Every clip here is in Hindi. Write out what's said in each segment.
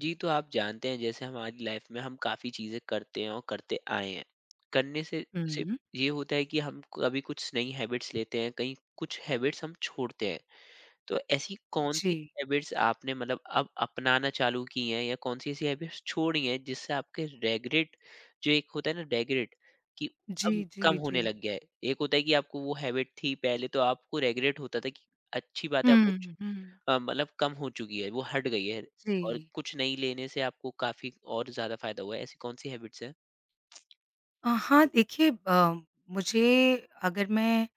जी, तो आप जानते हैं जैसे हमारी लाइफ में हम काफ़ी चीज़ें करते हैं और करते आए हैं। करने से सिर्फ हुँ। ये होता है कि हम कभी कुछ नई हैबिट्स लेते हैं, कहीं कुछ हैबिट्स हम छोड़ते हैं। तो ऐसी जी। कौन-सी हैबिट्स आपने मतलब अब अपनाना चालू की हैं या कौन-सी ऐसी हैबिट्स छोड़ी हैं जिससे आपके रेग्रेट जो एक होता है ना रेग्रेट कि जी, अब जी, कम जी। होने लग गया है। एक होता है कि आपको वो हैबिट थी पहले तो आपको रेग्रेट होता था कि अच्छी बात है आप वो हुँ, हुँ। मतलब कम हो चुकी है, वो हट गई है और जी। कुछ नहीं लेने से आपको काफ़ी और ज़्यादा फ़ायदा हुआ है, ऐसी कौन-सी हैबिट्स हैं? हाँ, देखिए मुझे अगर मैं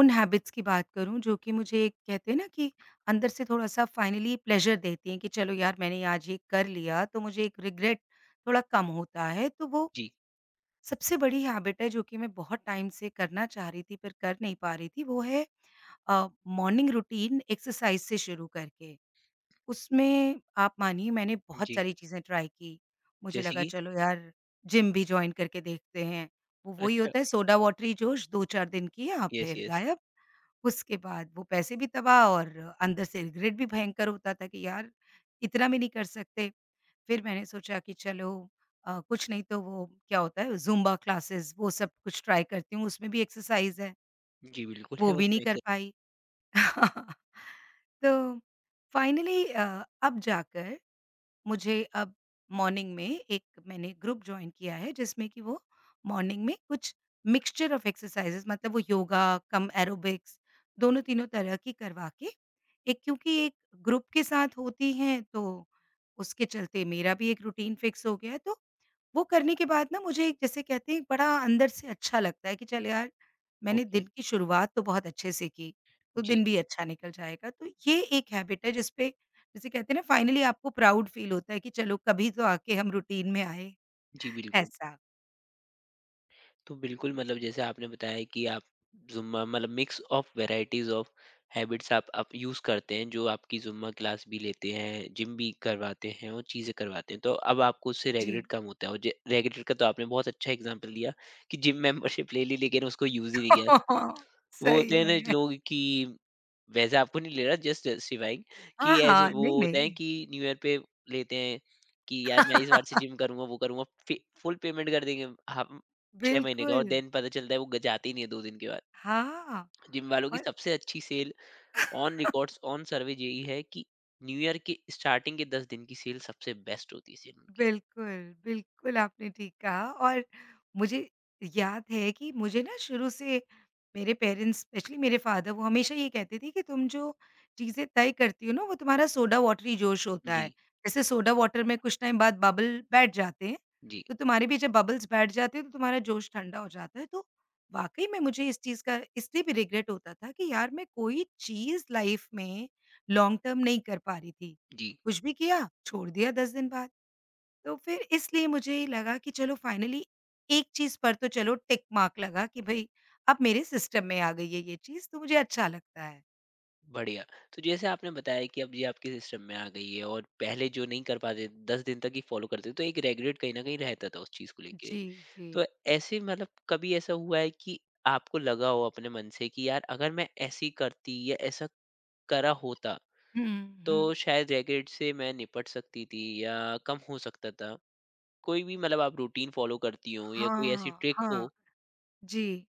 उन हैबिट्स की बात करूँ जो कि मुझे एक, कहते हैं ना कि अंदर से थोड़ा-सा फाइनली प्लेज़र देती हैं कि चलो यार मैंने आज ये कर लिया तो मुझे एक रिग्रेट थोड़ा कम होता है। तो वो जी, सबसे बड़ी हैबिट है जो कि मैं बहुत टाइम से करना चाह रही थी पर कर नहीं पा रही थी वो है अ, मॉर्निंग रूटीन एक्सरसाइज़ से शुरू करके। उसमें आप मानिए मैंने बहुत जी, सारी चीज़ें ट्राई की। मुझे जैसे लगा कि चलो यार जिम भी जॉइन करके देखते हैं। वो वही अच्छा, होता है सोडा वाटर ही जोश 2-4 दिन किया यस, फिर यस। गायब। उसके बाद वो पैसे भी तबाह और अंदर से रिग्रेट भी भयंकर होता था कि यार इतना भी नहीं कर सकते। फिर मैंने सोचा कि चलो कुछ नहीं तो वो क्या होता है ज़ुम्बा क्लासेस वो सब कुछ ट्राई करती हूँ, उसमें भी एक्सरसाइज़ है। जी, बिल्कुल वो है भी नहीं उसमें एक कर से पाई। तो फाइनली अब जाकर मुझे अब मॉर्निंग में एक मैंने ग्रुप जॉइन किया है जिसमें कि वो मॉर्निंग में कुछ मिक्सचर ऑफ एक्सरसाइजेस मतलब वो योगा कम एरोबिक्स दोनों तीनों तरह की करवा के एक क्योंकि एक ग्रुप के साथ होती हैं तो उसके चलते मेरा भी एक रूटीन फिक्स हो गया है तो वो करने के बाद ना मुझे एक जैसे कहते हैं एक बड़ा अंदर से अच्छा लगता है कि चल यार मैंने ओके, दिन की शुरुआत तो बहुत अच्छे से की, तो जी, दिन भी अच्छा निकल जाएगा। तो ये एक हैबिट है जिस पे जिसे कहते हैं ना फाइनली आपको प्राउड फ़ील होता है कि चलो कभी तो आके हम रूटीन में आए, जी बिल्कुल। ऐसा। तो बिल्कुल मतलब जैसे आपने बताया कि आप जुम्मा मतलब mix of varieties of habits आप यूज़ करते हैं जो आपकी जुम्मा क्लास भी लेते हैं जिम भी करवाते हैं और चीज़ें करवाते हैं तो अब आपको उससे जी। रेगुलेट कम होता है और रेगुलेट का तो आपने बहुत अच्छा एग्जांपल दिया कि जिम मेंबरशिप ले ली लेकिन उसको यूज़ ही नहीं किया। वो सही होते हैं ना में। लोग कि वैसे आपको नहीं ले रहा जस्ट जस्टिफाइंग कि हाँ, ऐसे हाँ। वो नहीं, होते हैं नहीं। कि न्यू ईयर पे लेते हैं कि यार मैं इस बार से जिम करूंगा वो करूंगा, फुल पेमेंट कर देंगे हम 6 महीने का और बिल्कुल। देन पता चलता है वो जाते ही नहीं है 2 दिन के बाद। हाँ, जिम वालों की और सबसे अच्छी sale on records on survey यही है कि न्यू ईयर के स्टार्टिंग के 10 दिन की सेल सबसे बेस्ट होती है सेल उनकी। बिल्कुल, बिल्कुल आपने ठीक कहा और मुझे याद है कि मुझे ना शुरू से मेरे पेरेंट्स स्पेशली मेरे फ़ादर वो हमेशा ये कहते थे कि तुम जो चीज़ें तय करती हो ना वो तुम्हारा सोडा वाटर ही जोश होता जी, है। जैसे सोडा वाटर में कुछ टाइम बाद बबल बैठ जाते हैं, जी, तो तुम्हारे भी जब बबल्स बैठ जाते हैं तो तुम्हारा जोश ठंडा हो जाता है। तो वाक़ई में मुझे इस चीज़ का इसलिए भी रिग्रेट होता था कि यार मैं कोई चीज़ लाइफ़ में लॉन्ग टर्म नहीं कर पा रही थी। जी। कुछ भी किया, छोड़ दिया 10 दिन बाद। तो फिर इसलिए मुझे लगा कि चलो फाइनली एक चीज़ पर तो चलो टिक मार्क लगा कि भई अब मेरे सिस्टम में आ गई है ये चीज़, तो मुझे अच्छा लगता है। बढ़िया। तो जैसे आपने बताया कि अब ये आपके सिस्टम में आ गई है और पहले जो नहीं कर पाते 10 दिन तक ही फ़ॉलो करते थे, तो एक रिग्रेट कहीं न कहीं रहता था उस चीज़ को लेके। जी, जी। तो ऐसे मतलब कभी ऐसा हुआ है कि आपको लगा हो अपने मन से कि यार अगर मैं ऐसी करती या ऐसा करा होता, हुँ, हुँ। तो शायद रिग्रेट से मैं निपट सकती थी या कम हो सकता था? कोई भी मतलब आप रूटीन फ़ॉलो करती हो या कोई ऐसी हाँ, ट्रिक हाँ। हो? जी।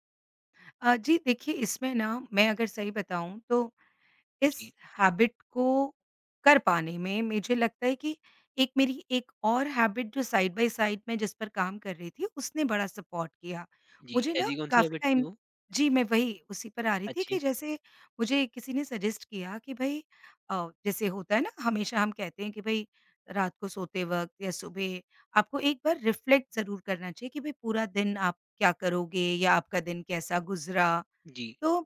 जी देखिए इसमें ना मैं अगर सही बताऊँ तो इस जी, हैबिट को कर पाने में मुझे लगता है कि एक मेरी एक और हैबिट जो साइड बाय साइड मैं जिस पर काम कर रही थी उसने बड़ा सपोर्ट किया। जी। मुझे ना ऐसी कौन-सी काफ़ी हैबिट थी टाइम वो? जी, मैं वही उसी पर आ रही थी अच्छी। कि जैसे मुझे किसी ने सजेस्ट किया कि भई जैसे होता है ना हमेशा हम कहते हैं कि भई रात को सोते वक़्त या सुबह आपको एक बार रिफ्लेक्ट ज़रूर करना चाहिए कि भई पूरा दिन आप क्या करोगे या आपका दिन कैसा गुज़रा? जी, तो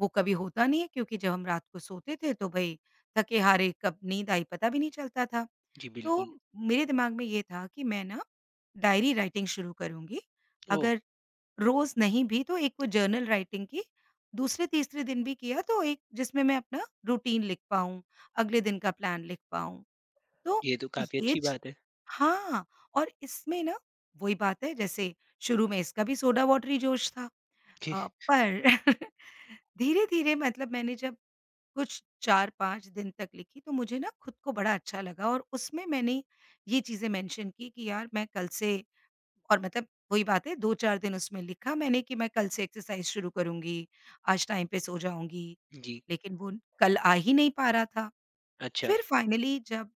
वो कभी होता नहीं है क्योंकि जब हम रात को सोते थे तो भई थके हारे कब नींद आई पता भी नहीं चलता था। जी तो बिल्कुल। मेरे दिमाग में ये था कि मैं ना डायरी राइटिंग शुरू करूँगी। ओह! अगर रोज़ नहीं भी तो एक वो जर्नल राइटिंग की दूसरे तीसरे दिन भी किया तो एक जिसमें मैं अपना रूटीन लिख पाऊँ, अगले दिन का प्लान लिख पाऊँ। तो ये तो काफ़ी ये अच्छी च बात है। हाँ, और इसमें ना वही बात है जैसे शुरू में इसका भी सोडा वाटरी जोश था। पर धीरे-धीरे मतलब मैंने जब कुछ 4-5 दिन तक लिखी तो मुझे ना खुद को बड़ा अच्छा लगा और उसमें मैंने ये चीज़ें मेंशन की कि यार मैं कल से और मतलब वही बात है 2-4 दिन उसमें लिखा मैंने कि मैं कल से एक्सरसाइज़ शुरू करूँगी, आज टाइम पे सो जाऊँगी, जी, लेकिन वो कल आ ही नहीं पा रहा था। अच्छा। फिर फाइनली जब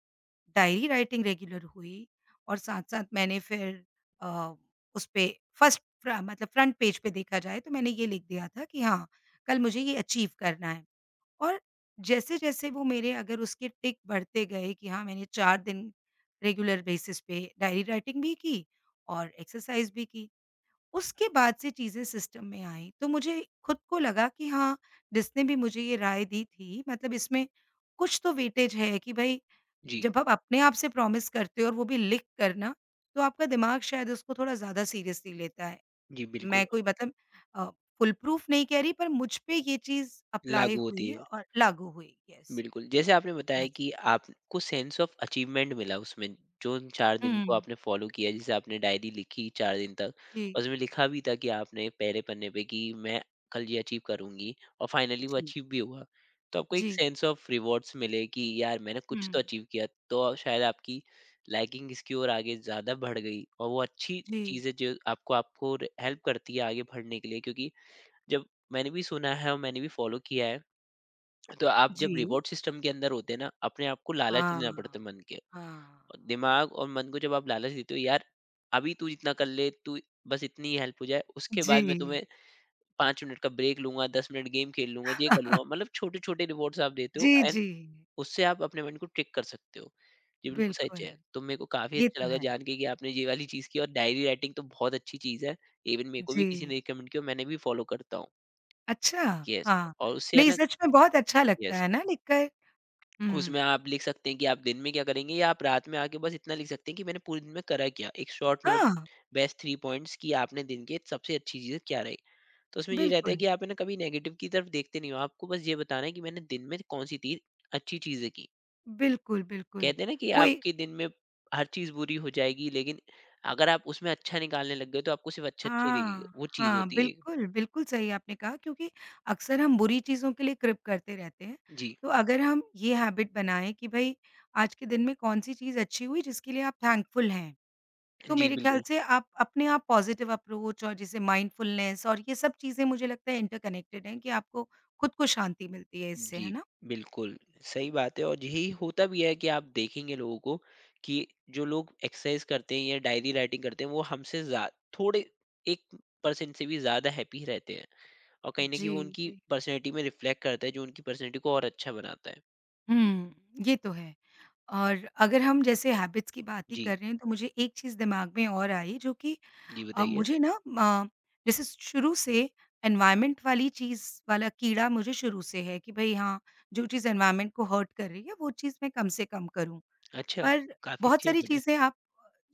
डायरी राइटिंग रेगुलर हुई और साथ-साथ मैंने फिर अ, उसपे फर्स्ट फ्र मतलब फ्रंट पेज पे देखा जाए तो मैंने ये लिख दिया था कि हाँ, कल मुझे ये अचीव करना है और जैसे-जैसे वो मेरे अगर उसके टिक बढ़ते गए कि हाँ, मैंने 4 दिन रेगुलर बेसिस पे डायरी राइटिंग भी की और एक्सरसाइज़ भी की। उसके बाद से चीज़ें सिस्टम में आईं, तो मुझे खुद को लगा कि हाँ, जिसने भी मुझे ये राय दी थी मतलब इसमें कुछ तो वेटेज है कि भई जी, जब आप अपने आप से प्रॉमिस करते हो और वो भी लिख कर ना, तो आपका दिमाग शायद उसको थोड़ा ज़्यादा सीरियसली लेता है। जी, बिल्कुल मैं कोई मतलब अ, फुल प्रूफ नहीं कह रही पर मुझ पे ये चीज़ अप्लाई लागू होती हुई है। और लागू हुई। यस, बिल्कुल, जैसे आपने बताया कि ऐसा। आपको सेंस ऑफ अचीवमेंट मिला उसमें, जो उन 4 दिन को हुँ। आपने फॉलो किया, जैसे आपने डायरी लिखी 4 दिन तक जी, और उसमें लिखा भी था कि आपने पहले पन्ने पे कि मैं कल ये अचीव करूँगी और फाइनली वो जी, अचीव भी हुआ। तो आपको एक जी। सेंस ऑफ रिवॉर्ड्स मिले कि यार मैंने कुछ तो हुँ। अचीव किया, तो आप- शायद आपकी लाइकिंग इसकी ओर आगे ज़्यादा बढ़ गई और वो अच्छी जी, चीज़ें जो आपको आपको र हेल्प करती है आगे बढ़ने के लिए क्योंकि जब मैंने भी सुना है और मैंने भी फॉलो किया है, तो आप जी। जब रिवॉर्ड सिस्टम के अंदर होते हैं ना, अपने आप को लालच हाँ, देना पड़ता है मन के। हाँ। और दिमाग और मन को जब आप लालच देते हो, यार अभी तू इतना कर ले, तू बस इतनी ही हेल्प हो जाए, उसके बाद मैं जी। तुम्हें 5 मिनट का ब्रेक लूँगा, 10 मिनट गेम खेल लूँगा, ये कर लूँगा। मतलब छोटे-छोटे रिवॉर्ड्स आप देते हो जी, एंड जी। उससे आप अपने मन को ट्रिक कर सकते हो। ये बिल्कुल सच बिल्कुल, है। तो मेरे को काफ़ी ये अच्छा तो लगा है। जान के कि आपने ये वाली चीज़ की और डायरी राइटिंग तो बहुत अच्छी चीज़ है। इवन मेरे को भी किसी जी। ने रिकमेंड किया और मैंने भी फॉलो करता हूँ। अच्छा, यस। हाँ। और उससे है नहीं ना, सच में बहुत अच्छा लगता यस, है ना लिखकर? उसमें हुँ। आप लिख सकते हैं कि आप दिन में क्या करेंगे या आप रात में आके बस इतना लिख सकते हैं कि मैंने पूरे दिन में करा क्या, एक शॉर्ट नोट, हाँ, बेस्ट थ्री पॉइंट्स कि आपने दिन के सबसे अच्छी चीज़ें क्या रही। तो उसमें ये रहता है बिल्कुल, कि आप है ना कभी नेगेटिव की तरफ देखते नहीं हो, आपको बस ये बताना है कि मैंने दिन में कौन सी तीन अच्छी चीज़ें की। बिल्कुल, बिल्कुल। कहते हैं ना कि वो ए आपके दिन में हर चीज़ बुरी हो जाएगी लेकिन अगर आप उसमें अच्छा निकालने लग गए तो आपको सिर्फ अच्छा अच्छा ही दिखेगा, हाँ, वो चीज़ हाँ, होती है एक। बिल्कुल, बिल्कुल सही आपने कहा क्योंकि अक्सर हम बुरी चीज़ों के लिए कृप करते रहते हैं। जी। तो अगर हम ये हैबिट बनाएँ कि भई आज के दिन में कौन-सी चीज़ अच्छी हुई जिसके लिए आप थैंकफुल हैं, तो जी मेरे ख्याल बिल्कुल। से आप अपने आप पॉज़िटिव अप्रोच और जैसे माइंडफुलनेस और ये सब चीज़ें मुझे लगता है इंटरकनेक्टेड हैं कि आपको खुद को शांति मिलती है इससे, जी, है ना? बिल्कुल, सही बात है और यही होता भी है कि आप देखेंगे लोगों को कि जो लोग एक्सरसाइज करते हैं या डायरी राइटिंग करते हैं, वो हमसे ज़्या थोड़े 1% से भी ज़्यादा हैप्पी रहते हैं और कहीं न कहीं जी, वो उनकी जी। पर्सनैलिटी में रिफ्लेक्ट करता है, जो उनकी पर्सनैलिटी को और अच्छा बनाता है। हुँ, ये तो है। और अगर हम जैसे हैबिट्स की बात ही जी, कर रहे हैं तो मुझे एक चीज़ दिमाग में और आई जो कि जी बताइए? मुझे ना अ, जैसे शुरू से एनवायरनमेंट वाली चीज़ वाला कीड़ा मुझे शुरू से है कि भाई हाँ, जो चीज़ एनवायरनमेंट को हर्ट कर रही है वो चीज़ मैं कम से कम करूँ। अच्छा, पर काफ़ी बहुत अच्छी सारी हैबिट है। चीज़ें आप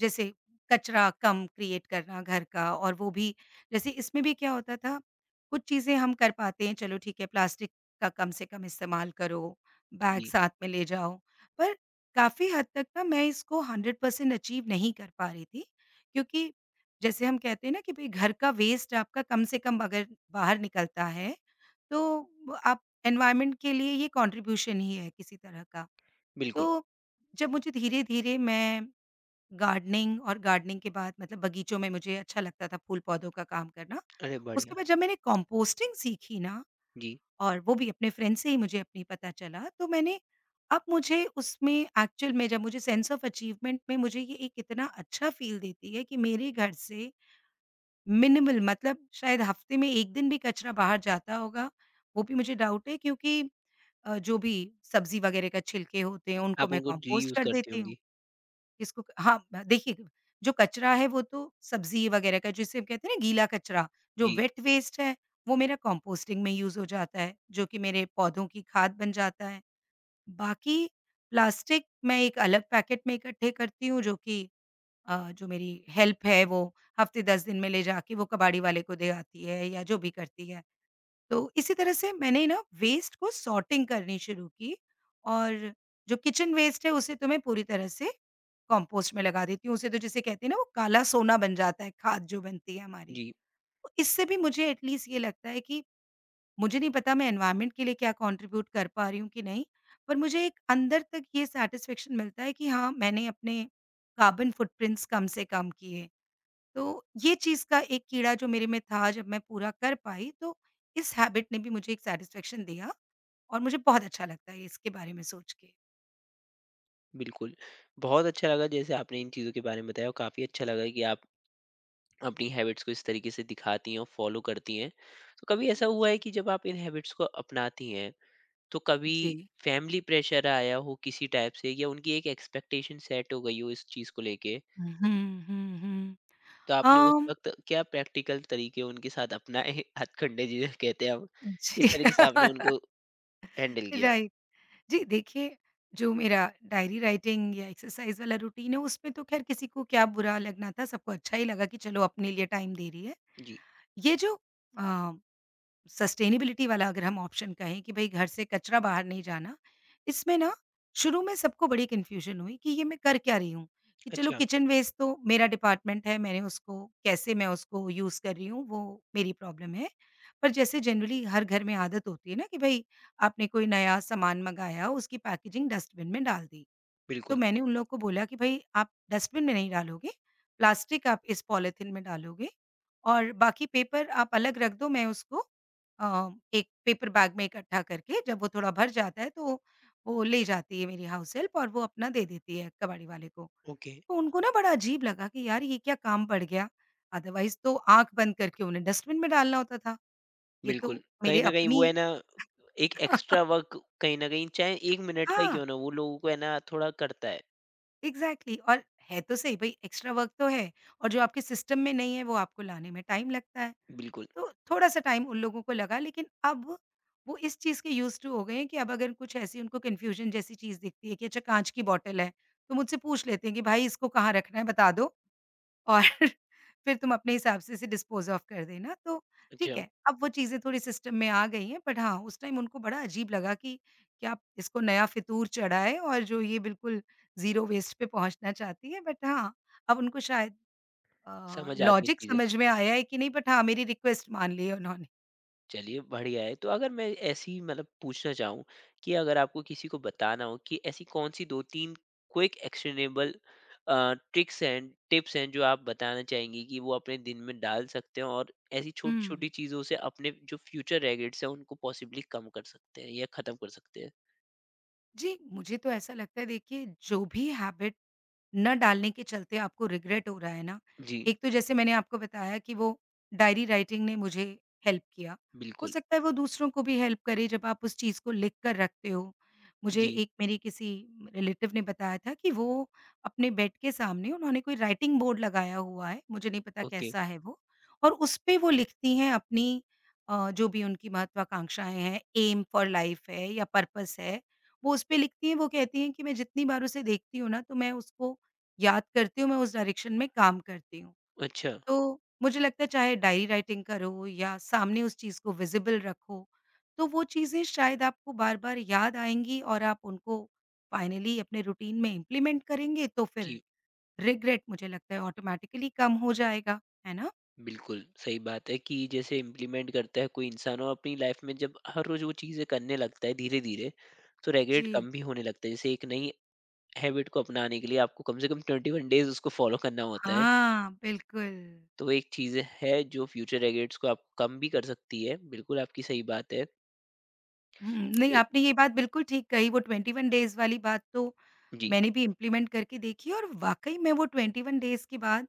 जैसे कचरा कम क्रिएट करना घर का और वो भी जैसे इसमें भी क्या होता था, कुछ चीज़ें हम कर पाते हैं चलो ठीक है प्लास्टिक का कम से कम इस्तेमाल करो, बेटा। बैग जी, साथ में ले जाओ। पर काफ़ी हद तक ना मैं इसको 100% अचीव नहीं कर पा रही थी क्योंकि जैसे हम कहते हैं ना कि भई घर का वेस्ट आपका कम से कम अगर बाहर निकलता है, तो आप एनवायरनमेंट के लिए ये कॉन्ट्रिब्यूशन ही है किसी तरह का। बिल्कुल। तो जब मुझे धीरे-धीरे मैं गार्डनिंग और गार्डनिंग के बाद मतलब बगीचों में मुझे अच्छा लगता था फूल-पौधों का काम करना। अरे उसके बढ़िया! बाद जब मैंने कंपोस्टिंग सीखी ना जी, और वो भी अपने फ्रेंड से ही मुझे अपनी पता चला, तो मैंने अब मुझे उसमें एक्चुअल में जब मुझे सेंस ऑफ अचीवमेंट में मुझे ये एक इतना अच्छा फ़ील देती है कि मेरे घर से मिनिमल मतलब शायद हफ़्ते में 1 दिन भी कचरा बाहर जाता होगा, वो भी मुझे डाउट है क्योंकि जो भी सब्ज़ी वगैरह का छिलके होते हैं, उनको आप मैं उनको कंपोस्ट रीयूज़ कर करती देती हूँ। होंगी। इसको हाँ, ब देखिए, जो कचरा है वो तो सब्ज़ी वग़ैरह का जिसे हम कहते हैं ना गीला कचरा, जो जी, वेट वेस्ट है वो मेरा कंपोस्टिंग में यूज़ हो जाता है, जो कि मेरे पौधों की खाद बन जाता है। बाकी प्लास्टिक मैं एक अलग पैकेट में इकट्ठे करती हूँ, जो कि जो मेरी हेल्प है वो हफ़्ते 10 दिन में ले जाके वो कबाड़ी वाले को दे आती है या जो भी करती है। तो इसी तरह से मैंने ना वेस्ट को सॉर्टिंग करनी शुरू की और जो किचन वेस्ट है उसे तो मैं पूरी तरह से कंपोस्ट में लगा देती हूँ। उसे तो जिसे कहते हैं ना वो काला सोना बन जाता है, खाद जो बनती है हमारी। जी, तो इससे भी मुझे एटलीस्ट ये लगता है कि मुझे नहीं पता मैं एनवायरनमेंट के लिए क्या कंट्रीब्यूट कर पा रही हूँ कि नहीं, पर मुझे एक अंदर तक ये सैटिस्फैक्शन मिलता है कि हाँ, मैंने अपने कार्बन फुटप्रिंट्स कम से कम किए। तो ये चीज़ का एक कीड़ा जो मेरे में था जब मैं पूरा कर पाई तो इस हैबिट ने भी मुझे एक सैटिस्फैक्शन दिया और मुझे बहुत अच्छा लगता है इसके बारे में सोच के। बिल्कुल। बहुत अच्छा लगा जैसे आपने इन चीज़ों के बारे में बताया और काफ़ी अच्छा लगा कि आप अपनी हैबिट्स को इस तरीके से दिखाती हैं और फॉलो करती हैं। तो कभी ऐसा हुआ है जी। कि जब आप इन हैबिट्स को अपनाती हैं तो कभी जी। फैमिली प्रेशर आया हो किसी टाइप से या उनकी एक एक्सपेक्टेशन सेट हो गई हो इस चीज को लेके, हुँ, हुँ, हुँ। तो आपने उस अम, वक्त क्या प्रैक्टिकल तरीके उनके साथ अपनाए, हथकंडे जिसे कहते हैं हम, किस जी, तरीके से आपने उनको हैंडल किया? राइट। जी, देखिए जो मेरा डायरी राइटिंग या एक्सरसाइज़ वाला रूटीन है उसमें तो ख़ैर किसी को क्या बुरा लगना था, सबको अच्छा ही लगा कि चलो अपने लिए टाइम दे रही है। जी। ये जो अ सस्टेनेबिलिटी वाला अगर हम ऑप्शन कहें कि भई घर से कचरा बाहर नहीं जाना, इसमें ना शुरू में सबको बड़ी कन्फ्यूज़न हुई कि ये मैं कर क्या रही हूँ? कि चलो अच्छा। किचन वेस्ट तो मेरा डिपार्टमेंट है, मैंने उसको कैसे मैं उसको यूज़ कर रही हूँ वो मेरी प्रॉब्लम है। पर जैसे जनरली हर घर में आदत होती है ना कि भई आपने कोई नया सामान मँगाया उसकी पैकेजिंग डस्टबिन में डाल दी। तो बिल्कुल। मैंने उन लोगों को बोला कि भई आप डस्टबिन में नहीं डालोगे, प्लास्टिक आप इस पॉलिथीन में डालोगे और बाकी पेपर आप अलग रख दो, मैं उसको एक पेपर बैग में इकट्ठा करके जब वो थोड़ा भर जाता है तो वो ले जाती है मेरी हाउस हेल्प और वो अपना दे देती है कबाड़ी वाले को। ओके। तो उनको ना बड़ा अजीब लगा कि यार ये क्या काम पड़ गया? अदरवाइज़ तो आँख बंद करके उन्हें डस्टबिन में डालना होता था। ये तो बिल्कुल कहीं मेरे ना कहीं अपनी वो है ना, एक एक्स्ट्रा वर्क कहीं ना कहीं चाहे एक मिनट का ही हाँ। क्यों ना, वो लोगों को है ना थोड़ा करता है। एग्ज़ैक्टली और है तो सही भई एक्स्ट्रा वर्क तो है और जो आपके सिस्टम में नहीं है वो आपको लाने में टाइम लगता है। बिल्कुल। तो थोड़ा-सा टाइम उन लोगों को लगा लेकिन अब वो इस चीज़ के यूज़्ड टू हो गए हैं कि अब अगर कुछ ऐसी उनको कन्फ्यूज़न जैसी चीज़ दिखती है कि अच्छा काँच की बॉटल है, तो मुझसे पूछ लेते हैं कि भाई इसको कहाँ रखना है बता दो। और फिर तुम अपने हिसाब से इसे डिस्पोज़ ऑफ कर देना। तो ठीक अच्छा। है, अब वो चीज़ें थोड़ी सिस्टम में आ गई हैं बट हाँ, उस टाइम उनको बड़ा अजीब लगा कि क्या इसको नया फितूर चढ़ा है और जो ये बिल्कुल ज़ीरो वेस्ट पे पहुँचना चाहती है। बट हाँ, अब उनको शायद समझ आती हैं लॉजिक चीज़ें। समझ में आया है कि नहीं बट हाँ, मेरी रिक्वेस्ट मान ली है उन्होंने। चलिए बढ़िया है, तो अगर मैं ऐसी मतलब पूछना चाहूँ कि अगर आपको किसी को बताना हो कि ऐसी कौन-सी 2-3 क्विक एक्शनेबल ट्रिक्स हैं, टिप्स हैं जो आप बताना चाहेंगी कि वो अपने दिन में डाल सकते हैं और ऐसी छोटी-छोटी हुँ। चीज़ों से अपने जो फ्यूचर रेग्रेट्स हैं उनको पॉसिबली कम कर सकते हैं या ख़त्म कर सकते हैं? जी, मुझे तो ऐसा लगता है देखिए जो भी हैबिट न डालने के चलते आपको रिग्रेट हो रहा है ना, जी, एक तो जैसे मैंने आपको बताया कि वो डायरी राइटिंग ने मुझे हेल्प किया, हो बिल्कुल। सकता है वो दूसरों को भी हेल्प करे जब आप उस चीज़ को लिख कर रखते हो। मुझे जी, एक मेरी किसी रिलेटिव ने बताया था कि वो अपने बेड के सामने उन्होंने कोई राइटिंग बोर्ड लगाया हुआ है, मुझे नहीं पता ओके। कैसा है वो और उसपे वो लिखती हैं अपनी जो भी उनकी महत्वाकांक्षाएँ हैं, एम फॉर लाइफ है या पर्पस है, वो उसपे लिखती हैं, वो कहती हैं कि मैं जितनी बार उसे देखती हूँ ना, तो मैं उसको याद करती हूँ, मैं उस डायरेक्शन में काम करती हूँ। अच्छा, तो मुझे लगता है चाहे डायरी राइटिंग करो या सामने उस चीज़ को विज़िबल रखो, तो वो चीज़ें शायद आपको बार-बार याद आएँगी और आप उनको फाइनली अपने रूटीन में इम्प्लीमेंट करेंगे, तो फिर जी। रिग्रेट मुझे लगता है ऑटोमैटिकली कम हो जाएगा, है ना? बिल्कुल, सही बात है कि जैसे इम्प्लीमेंट करता है कोई इंसान और अपनी लाइफ में जब हर रोज़ वो चीज़ें करने लगता है धीरे-धीरे, तो रेग्रेट जी। कम भी होने लगता है। जैसे एक नई हैबिट को अपनाने के लिए आपको कम से कम 21 डेज़ उसको फ़ॉलो करना होता है। हाँ, बिल्कुल। तो वो एक चीज़ है जो फ्यूचर रेग्रेट्स को आप कम भी कर सकती है। बिल्कुल आपकी सही बात है। हुँ, तो नहीं ये, आपने ये बात बिल्कुल ठीक कही, वो 21 डेज़ वाली बात तो जी, मैंने भी इम्प्लीमेंट करके देखी और वाक़ई में वो 21 डेज़ के बाद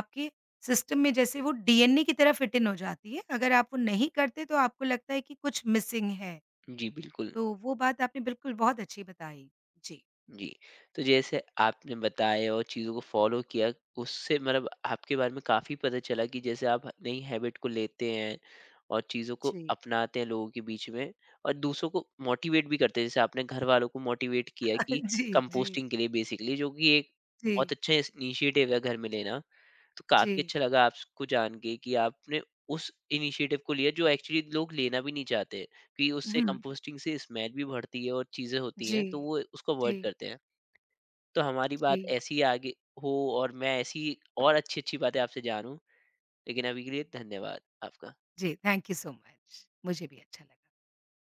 आपके सिस्टम में जैसे वो डीएनए की तरह फिट इन हो जाती है। अगर आप वो नहीं करते तो आपको लगता है कि कुछ मिसिंग है। जी बिल्कुल। तो वो बात आपने बिल्कुल बहुत अच्छी बताई। जी। जी। तो जैसे आपने बताया और चीज़ों को फ़ॉलो किया, उससे मतलब आपके बारे में काफ़ी पता चला कि जैसे आप नई हैबिट को लेते हैं और चीज़ों को जी। अपनाते हैं लोगों के बीच में और दूसरों को मोटिवेट भी करते हैं। जैसे आपने घर वालों को मोटिवेट किया कि जी, जी, कंपोस्टिंग के लिए बेसिकली जो कि एक बहुत जी, अच्छा इस इनिशिएटिव है घर में लेना। तो जी। काफ़ी अच्छा लगा आपको जान के कि आपने उस इनिशिएटिव को लिया जो एक्चुअली लोग लेना भी नहीं चाहते। कि उससे हुँ। कंपोस्टिंग से स्मेल भी बढ़ती है और चीज़ें होती जी, हैं, तो वो उसको जी, अवॉइड करते हैं। तो हमारी जी, बात ऐसी ही आगे हो और मैं ऐसी और अच्छी-अच्छी बातें आपसे जानूँ, लेकिन अभी के लिए धन्यवाद आपका। जी। Thank you so much. मुझे भी अच्छा लगा।